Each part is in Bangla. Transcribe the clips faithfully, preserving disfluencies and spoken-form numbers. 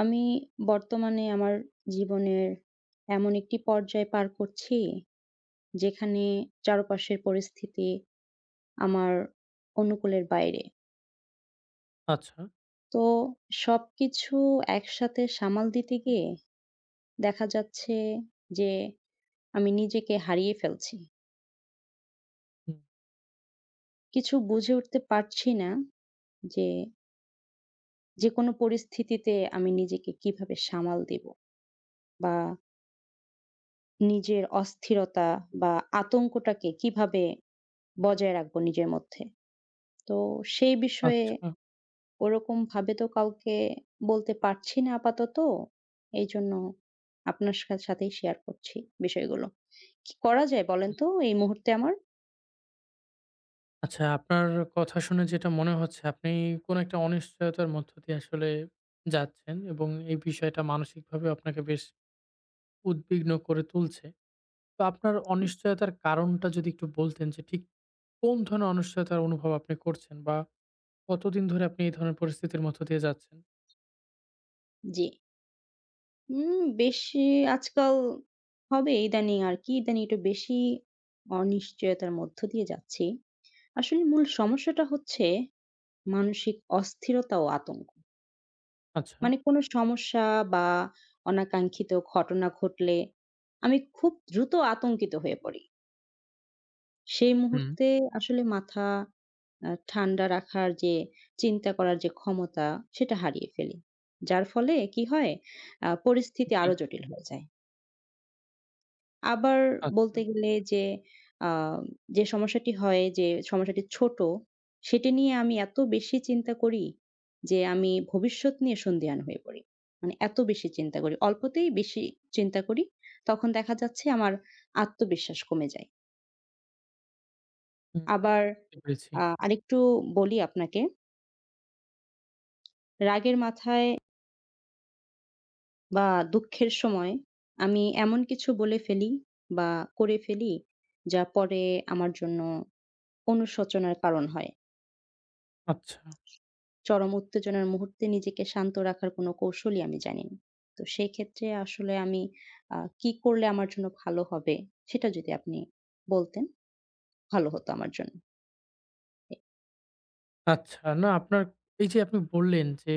আমি বর্তমানে আমার জীবনের এমন একটি পর্যায় পার করছি, যেখানে চারপাশের পরিস্থিতি আমার অনুকূলের বাইরে। আচ্ছা। তো সবকিছু একসাথে সামাল দিতে গিয়ে দেখা যাচ্ছে যে আমি নিজেকে হারিয়ে ফেলছি। হুম, কিছু বুঝে উঠতে পারছি না যে, যেকোনো পরিস্থিতিতে আমি নিজেকে কিভাবে সামাল দিব বা নিজের অস্থিরতা বা আতঙ্কটাকে কিভাবে বজায় রাখবো নিজের মধ্যে? তো সেই বিষয়ে আচ্ছা, হুম। ওরকমভাবে তো কাউকে বলতে পারছি না আপাতত। এইজন্য আপনার সা সাথেই শেয়ার করছি বিষয়গুলো। কি করা যায় বলেন তো এই মুহূর্তে আমার? আচ্ছা আপনার কথা শুনে যেটা মনে হচ্ছে আপনি কোনো একটা অনিশ্চয়তার মধ্য দিয়ে আসলে যাচ্ছেন এবং এই বিষয়টা মানসিকভাবে আপনাকে বেশ উদ্বিগ্ন করে তুলছে। তো আপনার অনিশ্চয়তার কারণটা যদি একটু বলতেন যে ঠিক কোন ধরনের অনিশ্চয়তার অনুভব আপনি করছেন বা কতদিন ধরে আপনি এই ধরনের পরিস্থিতির মধ্য দিয়ে যাচ্ছেন? জি। উম বেশি আজকাল হবে ইদানিং আরকি। ইদানিং একটু বেশি অনিশ্চয়তার মধ্য দিয়ে যাচ্ছি। আসলে মূল সমস্যাটা হচ্ছে মানসিক অস্থিরতা ও আতঙ্ক। আচ্ছা। মানে কোনো সমস্যা বা অনাকাঙ্ক্ষিত ঘটনা ঘটলে আমি খুব দ্রুত আতঙ্কিত হয়ে পড়ি। সেই হুম। মুহূর্তে আসলে মাথা আ ঠান্ডা রাখার যে চিন্তা করার যে ক্ষমতা, সেটা হারিয়ে ফেলি। যার ফলে কি হয়? আ পরিস্থিতি জি, আরো জটিল হয়ে যায়। আবার আচ্ছা। বলতে গেলে যে আ যে সমস্যাটি হয় যে সমস্যাটি ছোট, সেটি নিয়ে আমি এত বেশি চিন্তা করি যে আমি ভবিষ্যৎ নিয়ে সন্দিহান হয়ে পড়ি। মানে এত বেশি চিন্তা করি। অল্পতেই বেশি চিন্তা করি। তখন দেখা যাচ্ছে আমার আত্মবিশ্বাস কমে যায়। হুম, আবার বুঝতে পেরেছি। আ আরেকটু বলি আপনাকে। রাগের মাথায় বা দুঃখের সময় আমি এমন কিছু বলে ফেলি বা করে ফেলি যা পরে আমার জন্য অনুশোচনার কারণ হয়। আচ্ছা। চরম উত্তেজনার মুহূর্তে নিজেকে শান্ত রাখার কোনো কৌশলই আমি জানি না। তো সেক্ষেত্রে আসলে আমি আ কি করলে আমার জন্য ভালো হবে? সেটা যদি আপনি বলতেন ভালো হতো আমার জন্য। এ আচ্ছা, না আপনার এই যে আপনি বললেন যে,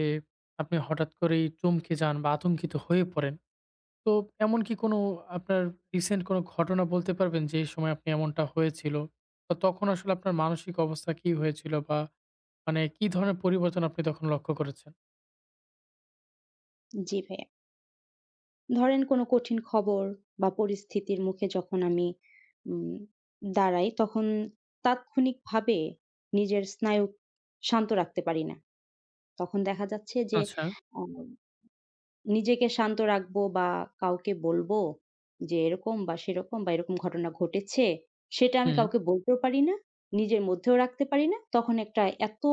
আপনি হঠাৎ করেই চমকে যান বা আতঙ্কিত হয়ে পড়েন। তো এমন কি কোনো আপনার রিসেন্ট কোনো ঘটনা বলতে পারবেন যে এই সময় আপনি এমনটা হয়েছিল? তো তখন আসলে আপনার মানসিক অবস্থা কি হয়েছিল বা মানে কি ধরনের পরিবর্তন আপনি তখন লক্ষ্য করেছেন? জি ভাইয়া। ধরেন কোনো কঠিন খবর বা পরিস্থিতির মুখে যখন আমি উম দাঁড়াই তখন তাৎক্ষণিকভাবে নিজের স্নায়ু শান্ত রাখতে পারি না। তখন দেখা যাচ্ছে যে আচ্ছা, আ নিজেকে শান্ত রাখবো বা কাউকে বলবো যে এরকম বা সেরকম বা এরকম ঘটনা ঘটেছে, সেটা আমি হুম। কাউকে বলতেও পারি না। নিজের মধ্যেও রাখতে পারি না। তখন একটা এত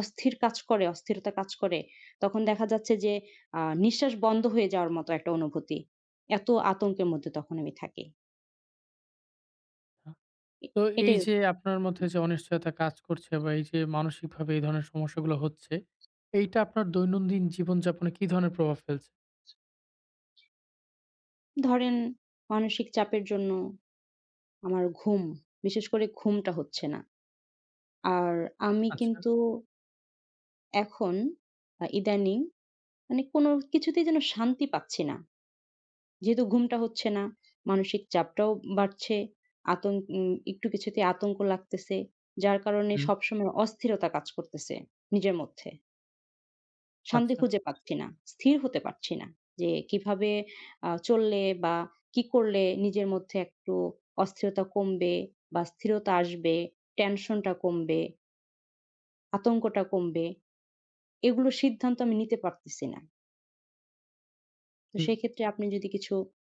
অস্থির কাজ করে, অস্থিরতা কাজ করে। তখন দেখা যাচ্ছে যে আ নিঃশ্বাস বন্ধ হয়ে যাওয়ার মতো একটা অনুভূতি। এত আতঙ্কের মধ্যে তখন আমি থাকি। এ তো এই এটাই যে আপনার মধ্যে যে অনিশ্চয়তা কাজ করছে বা এই যে মানসিকভাবে এই ধরনের সমস্যাগুলো হচ্ছে, এইটা আপনার দৈনন্দিন জীবনযাপনে কি ধরনের প্রভাব ফেলছে? ধরেন মানসিক চাপের জন্য আমার ঘুম, বিশেষ করে ঘুমটা হচ্ছে না। আর আমি আচ্ছা, কিন্তু এখন আ ইদানিং মানে কোনো কিছুতেই যেন শান্তি পাচ্ছি না। যেহেতু ঘুমটা হচ্ছে না, মানসিক চাপটাও বাড়ছে। আতং উম একটু কিছুতেই আতঙ্ক লাগতেছে। যার কারণে হুম, সবসময় অস্থিরতা কাজ করতেছে নিজের মধ্যে। শান্তি আচ্ছা, খুঁজে পাচ্ছি না। স্থির হতে পারছি না যে কিভাবে আ চললে বা কি করলে নিজের মধ্যে একটু অস্থিরতা কমবে বা স্থিরতা আসবে, টেনশনটা কমবে, আতঙ্কটা কমবে। এগুলোর সিদ্ধান্ত আমি নিতে পারতেছি না। তো হুম, সেক্ষেত্রে আপনি যদি কিছু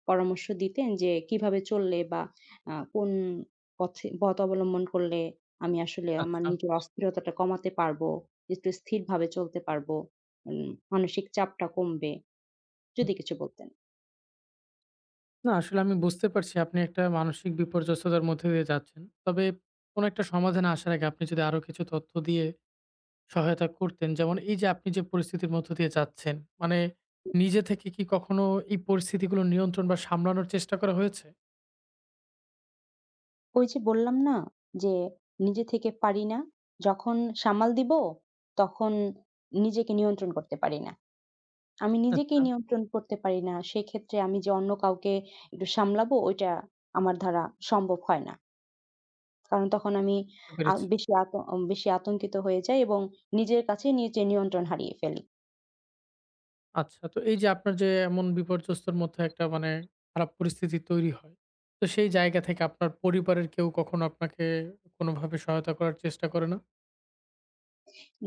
পরামর্শ দিতেন যে কিভাবে চললে বা আ কোন পথে পথ অবলম্বন করলে আমি আসলে আমার আচ্ছা। নিজের অস্থিরতাটা কমাতে পারবো, একটু স্থিরভাবে চলতে পারবো, উম মানসিক চাপটা কমবে। যদি হুম। কিছু বলতেন। না আসলে আমি বুঝতে পারছি আপনি একটা মানসিক বিপর্যস্ততার মধ্যে দিয়ে যাচ্ছেন। তবে কোনো একটা সমাধানে আসার আগে আপনি যদি আরো কিছু তথ্য দিয়ে সহায়তা করতেন, যেমন এই যে আপনি যে পরিস্থিতির মধ্য দিয়ে যাচ্ছেন, মানে নিজে থেকে কি কখনো এই পরিস্থিতিগুলো নিয়ন্ত্রণ বা সামলানোর চেষ্টা করা হয়েছে? ওই যে বললাম না যে নিজে থেকে পারি না, যখন সামাল দিব তখন নিজেকে নিয়ন্ত্রণ করতে পারি না। আমি নিজেকেই আচ্ছা। নিয়ন্ত্রণ করতে পারি না। সেক্ষেত্রে আমি যে অন্য কাউকে একটু সামলাবো ওইটা আমার দ্বারা সম্ভব হয় না। কারণ তখন আমি বুঝতে আ পেরেছি। বেশি আত উম, বেশি আতঙ্কিত হয়ে যাই এবং নিজের কাছেই নিজে নিয়ন্ত্রণ হারিয়ে ফেলি। আচ্ছা, তো এই যে আপনার যে এমন বিপর্যস্তর মধ্যে একটা মানে খারাপ পরিস্থিতি তৈরি হয়, তো সেই জায়গা থেকে আপনার পরিবারের কেউ কখনো আপনাকে কোনোভাবে সহায়তা করার চেষ্টা করে না?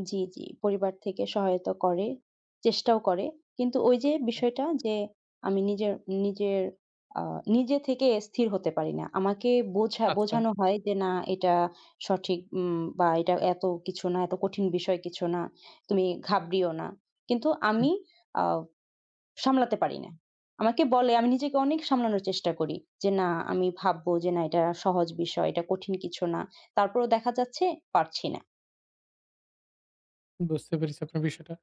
জি, জি। পরিবার থেকে সহায়তা করে, চেষ্টাও করে। কিন্তু ওই যে হুম। বিষয়টা যে আমি নিজের নিজের আ নিজে থেকে স্থির হতে পারি না। আমাকে বোঝা আচ্ছা। বোঝানো হয় যে, "না এটা সঠিক উম বা এটা এত কিছু না, এত কঠিন বিষয় কিছু না। তুমি ঘাবড়িও না।" কিন্তু আমি আ সামলাতে পারি না। আমাকে বলে আমি নিজেকে অনেক সামলানোর চেষ্টা করি। যে না আমি ভাববো যে না এটা সহজ বিষয়, এটা কঠিন কিছু না। তারপরেও দেখা যাচ্ছে পারছি না। বুঝতে পেরেছি আপনার বিষয়টা।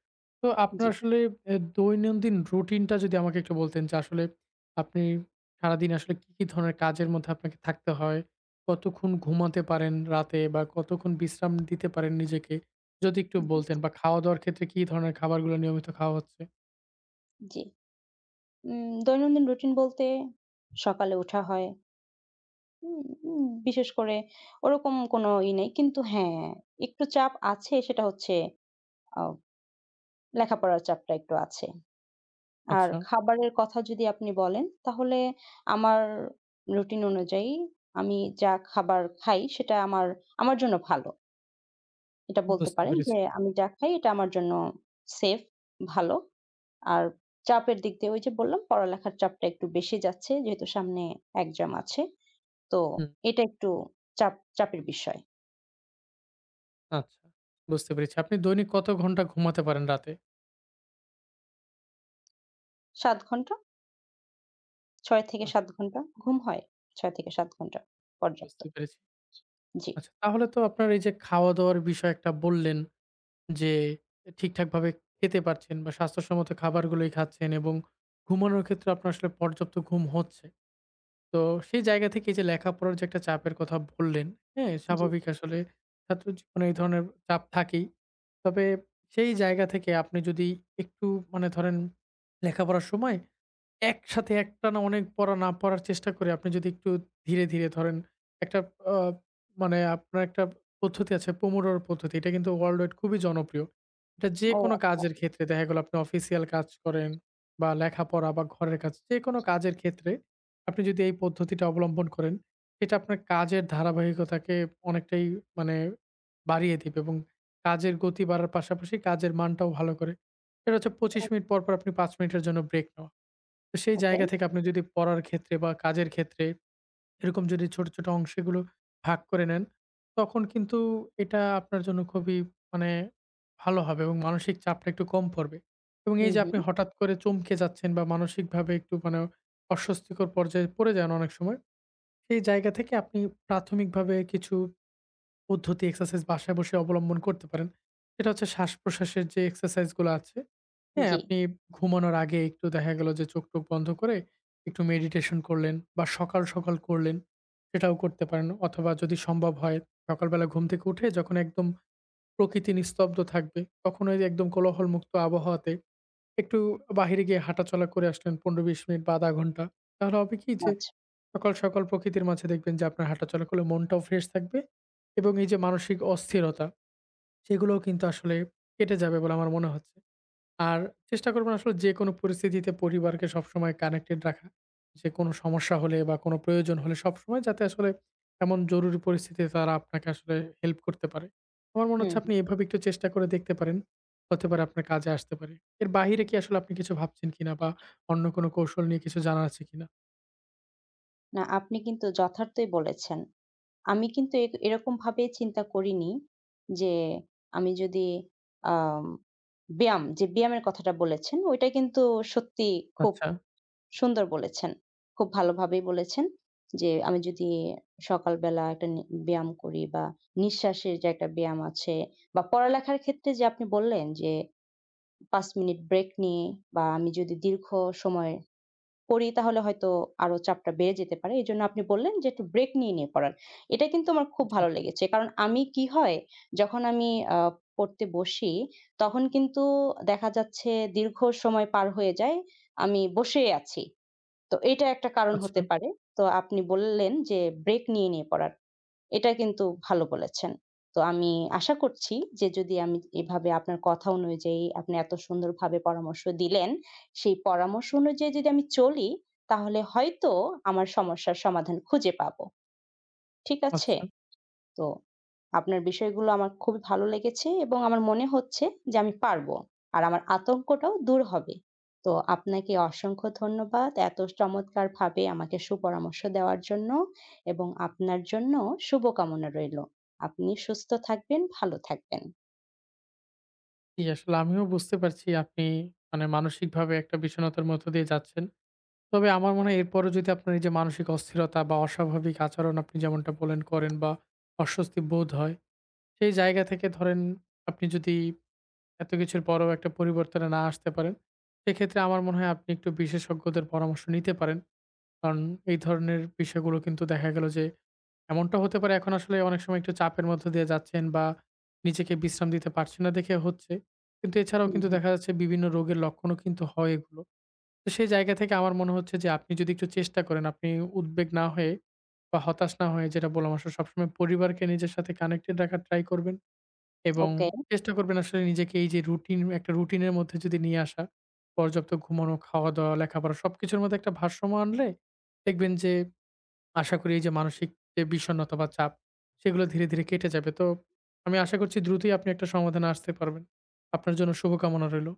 তো আপনার জি, আসলে এ দৈনন্দিন রুটিনটা যদি আমাকে একটু বলতেন যে আসলে আপনি সারাদিন আসলে কি, কি ধরনের কাজের মধ্যে আপনাকে থাকতে হয়? কতক্ষণ ঘুমাতে পারেন রাতে বা কতক্ষণ বিশ্রাম দিতে পারেন নিজেকে? যদি একটু বলতেন বা খাওয়া-দাওয়ার ক্ষেত্রে কি ধরনের খাবারগুলো নিয়মিত খাওয়া হচ্ছে? জি। উম দৈনন্দিন রুটিন বলতে সকালে ওঠা হয়। উম উম বিশেষ করে ওরকম কোনো ই নেই। কিন্তু হ্যাঁ, একটু চাপ আছে সেটা হচ্ছে আ লেখাপড়ার চাপটা একটু আছে। আর আচ্ছা, খাবারের কথা যদি আপনি বলেন, তাহলে আমার রুটিন অনুযায়ী আমি যা খাবার খাই সেটা আমার আমার জন্য ভালো। এটা বলতে বুঝতে পারেন যে পেরেছি। আমি যা খাই এটা আমার জন্য সেফ, ভালো। আর চাপের দিক দিয়ে ওই যে বললাম পড়ালেখার চাপটা একটু বেশি যাচ্ছে যেহেতু সামনে এক্সাম আছে। তো হুম, এটা একটু চাপ চাপের বিষয়। আচ্ছা, বুঝতে পেরেছি। আপনি দৈনিক কত ঘন্টা ঘুমাতে পারেন রাতে? সাত ঘন্টা, ছয় থেকে আচ্ছা, সাত ঘন্টা ঘুম হয়। ছয় থেকে সাত ঘন্টা পর্যাপ্ত। বুঝতে পেরেছি। জি, আচ্ছা, তাহলে তো আপনার এই যে খাওয়া-দাওয়ার বিষয় একটা বললেন যে ঠিকঠাকভাবে খেতে পারছেন বা স্বাস্থ্যসম্মত খাবারগুলোই খাচ্ছেন এবং ঘুমানোর ক্ষেত্রে আপনার আসলে পর্যাপ্ত ঘুম হচ্ছে। তো সেই জায়গা থেকে এই যে লেখাপড়ার যে একটা চাপের কথা বললেন, হ্যাঁ? জি। স্বাভাবিক আসলে ছাত্র জীবনে এই ধরনের চাপ থাকেই। তবে সেই জায়গা থেকে আপনি যদি একটু মানে ধরেন লেখাপড়ার সময় একসাথে একটানা অনেক পড়া না পড়ার চেষ্টা করে আপনি যদি একটু ধীরে, ধীরে ধরেন একটা আ মানে আপনার একটা পদ্ধতি আছে পোমোডোর পদ্ধতি। এটা কিন্তু ওয়ার্লড ওয়াইড খুবই জনপ্রিয়। এটা ও যেকোনো আচ্ছা, কাজের ক্ষেত্রে দেখা গেল আপনি অফিসিয়াল কাজ করেন বা লেখাপড়া বা ঘরের কাজ, যেকোনো কাজের ক্ষেত্রে আপনি যদি এই পদ্ধতিটা অবলম্বন করেন, এটা আপনার কাজের ধারাবাহিকতাকে অনেকটাই মানে বাড়িয়ে দিবে এবং কাজের গতি বাড়ার পাশাপাশি কাজের মানটাও ভালো করে। এটা হচ্ছে পঁচিশ মিনিট পর, পর আপনি পাঁচ মিনিটের জন্য ব্রেক নেওয়া। তো সেই ওকে। জায়গা থেকে আপনি যদি পড়ার ক্ষেত্রে বা কাজের ক্ষেত্রে এরকম যদি ছোট, ছোট অংশগুলো ভাগ করে নেন, তখন কিন্তু এটা আপনার জন্য খুবই মানে ভালো হবে এবং মানসিক চাপটা একটু কম পড়বে। এবং এই হুম, যে হুম। আপনি হঠাৎ করে চমকে যাচ্ছেন বা মানসিকভাবে একটু মানে অস্বস্তিকর পর্যায়ে পড়ে যান অনেক সময়। সেই জায়গা থেকে আপনি প্রাথমিকভাবে কিছু পদ্ধতি এক্সারসাইজ বাসায় বসে অবলম্বন করতে পারেন। সেটা হচ্ছে শ্বাস-প্রশ্বাসের যে এক্সারসাইজ গুলো আছে, হ্যাঁ? জি, আপনি ঘুমানোর আগে একটু দেখা গেল যে চোখ-টোখ বন্ধ করে একটু মেডিটেশন করলেন বা সকাল, সকাল করলেন সেটাও করতে পারেন। অথবা যদি সম্ভব হয় সকালবেলা ঘুম থেকে উঠে যখন একদম প্রকৃতি নিস্তব্ধ থাকবে, তখন ওই যে একদম কোলাহলমুক্ত আবহাওয়াতে একটু বাহিরে গিয়ে হাঁটাচলা করে আসলেন পনেরো থেকে বিশ মিনিট বা শূন্য দশমিক পাঁচ ঘন্টা। তাহলে হবে কি যে আচ্ছা। সকাল, সকাল প্রকৃতির মাঝে দেখবেন যে আপনার হাঁটাচলা করলে মনটাও ফ্রেশ থাকবে এবং এই যে মানসিক অস্থিরতা সেগুলোও কিন্তু আসলে কেটে যাবে বলে আমার মনে হচ্ছে। আর চেষ্টা করবেন আসলে যেকোনো পরিস্থিতিতে পরিবারকে সবসময় কানেক্টেড রাখা। যেকোনো সমস্যা হলে বা কোনো প্রয়োজন হলে সবসময় যাতে আসলে এমন জরুরি পরিস্থিতিতে তারা আপনাকে আসলে হেল্প করতে পারে। আমার মনে হুম। হচ্ছে আপনি এভাবে একটু চেষ্টা করে দেখতে পারেন। হতে পারে আপনার কাজে আসতে পারে। এর বাহিরে কি আসলে আপনি কিছু ভাবছেন কিনা বা অন্য কোনো কৌশল নিয়ে কিছু জানা আছে কিনা? না, আপনি কিন্তু যথার্থই বলেছেন। আমি কিন্তু এ এরকমভাবে চিন্তা করিনি যে আমি যদি আম ব্যায়াম, যে ব্যায়ামের কথাটা বলেছেন, ওইটা কিন্তু সত্যি খুব আচ্ছা, সুন্দর বলেছেন। খুব ভালোভাবেই বলেছেন যে আমি যদি সকালবেলা একটা নি ব্যায়াম করি বা নিঃশ্বাসের যে একটা ব্যায়াম আছে বা পড়ালেখার ক্ষেত্রে যে আপনি বললেন যে পাঁচ মিনিট ব্রেক নিয়ে বা আমি যদি দীর্ঘ সময় করি তাহলে হয়তো আরো চাপটা বেড়ে যেতে পারে। এজন্য আপনি বললেন যে, একটু ব্রেক নিয়ে, নিয়ে পড়ার। এটা কিন্তু আমার খুব জি। ভালো লেগেছে। কারণ আমি কি হয়, যখন আমি আ পড়তে বসি, তখন কিন্তু দেখা যাচ্ছে দীর্ঘ সময় পার হয়ে যায়। আমি বসে আছি। তো এটা একটা কারণ হতে আচ্ছা, পারে। তো আপনি বললেন যে ব্রেক নিয়ে, নিয়ে পড়ার। এটা কিন্তু ভালো বলেছেন। তো আমি আশা করছি যে যদি আমি এভাবে আপনার কথা অনুযায়ী আপনি এত সুন্দরভাবে পরামর্শ দিলেন, সেই পরামর্শ অনুযায়ী যদি আমি চলি তাহলে হয়তো আমার সমস্যার সমাধান খুঁজে পাবো। ঠিক আছে? আচ্ছা। তো আপনার বিষয়গুলো আমার খুবই ভালো লেগেছে এবং আমার মনে হচ্ছে যে আমি পারবো। আর আমার আতঙ্কটাও দূর হবে। তো আপনাকে অসংখ্য ধন্যবাদ এত চমৎকারভাবে আমাকে সুপরামর্শ দেওয়ার জন্য এবং আপনার জন্য শুভকামনা রইলো। আপনি সুস্থ থাকবেন, ভালো থাকবেন। জি, আসলে আমিও বুঝতে পারছি আপনি মানে মানসিকভাবে একটা বিষণ্ণতার মধ্য দিয়ে যাচ্ছেন। তবে আমার মনে হয় এরপরও যদি আপনার এই যে মানসিক অস্থিরতা বা অস্বাভাবিক আচরণ আপনি যেমনটা বলেন করেন বা অস্বস্তি বোধ হয়, সেই জায়গা থেকে ধরেন আপনি যদি এত কিছুর পরেও একটা পরিবর্তনে না আসতে পারেন, সেক্ষেত্রে আমার মনে হয় আপনি একটু বিশেষজ্ঞদের পরামর্শ নিতে পারেন। কারণ এই ধরনের বিষয়গুলো কিন্তু দেখা গেল যে এমনটা হতে পারে এখন আসলে অনেক সময় একটু চাপের মধ্য দিয়ে যাচ্ছেন বা নিজেকে বিশ্রাম দিতে পারছেন না দেখে হচ্ছে। কিন্তু এছাড়াও হুম, কিন্তু হুম। দেখা যাচ্ছে বিভিন্ন রোগের লক্ষণও কিন্তু হয় এগুলো। তো সেই জায়গা থেকে আমার মনে হচ্ছে যে আপনি যদি একটু চেষ্টা করেন, আপনি উদ্বেগ না হয়ে বা হতাশ না হয়ে যেটা বললাম আসলে সবসময় পরিবারকে নিজের সাথে কানেক্টেড রাখার ট্রাই করবেন এবং ওকে। চেষ্টা করবেন আসলে নিজেকে এই যে রুটিন একটা রুটিনের মধ্যে যদি নিয়ে আসা, পর্যাপ্ত ঘুমানো, খাওয়া-দাওয়া, লেখাপড়া সবকিছুর মধ্যে একটা ভারসাম্য আনলে দেখবেন যে আশা করি এই যে মানসিক যে বিষণ্ণতা বা চাপ সেগুলো ধীরে, ধীরে কেটে যাবে। তো আমি আশা করছি দ্রুতই আপনি একটা সমাধানে আসতে পারবেন। আপনার জন্য শুভকামনা রইল।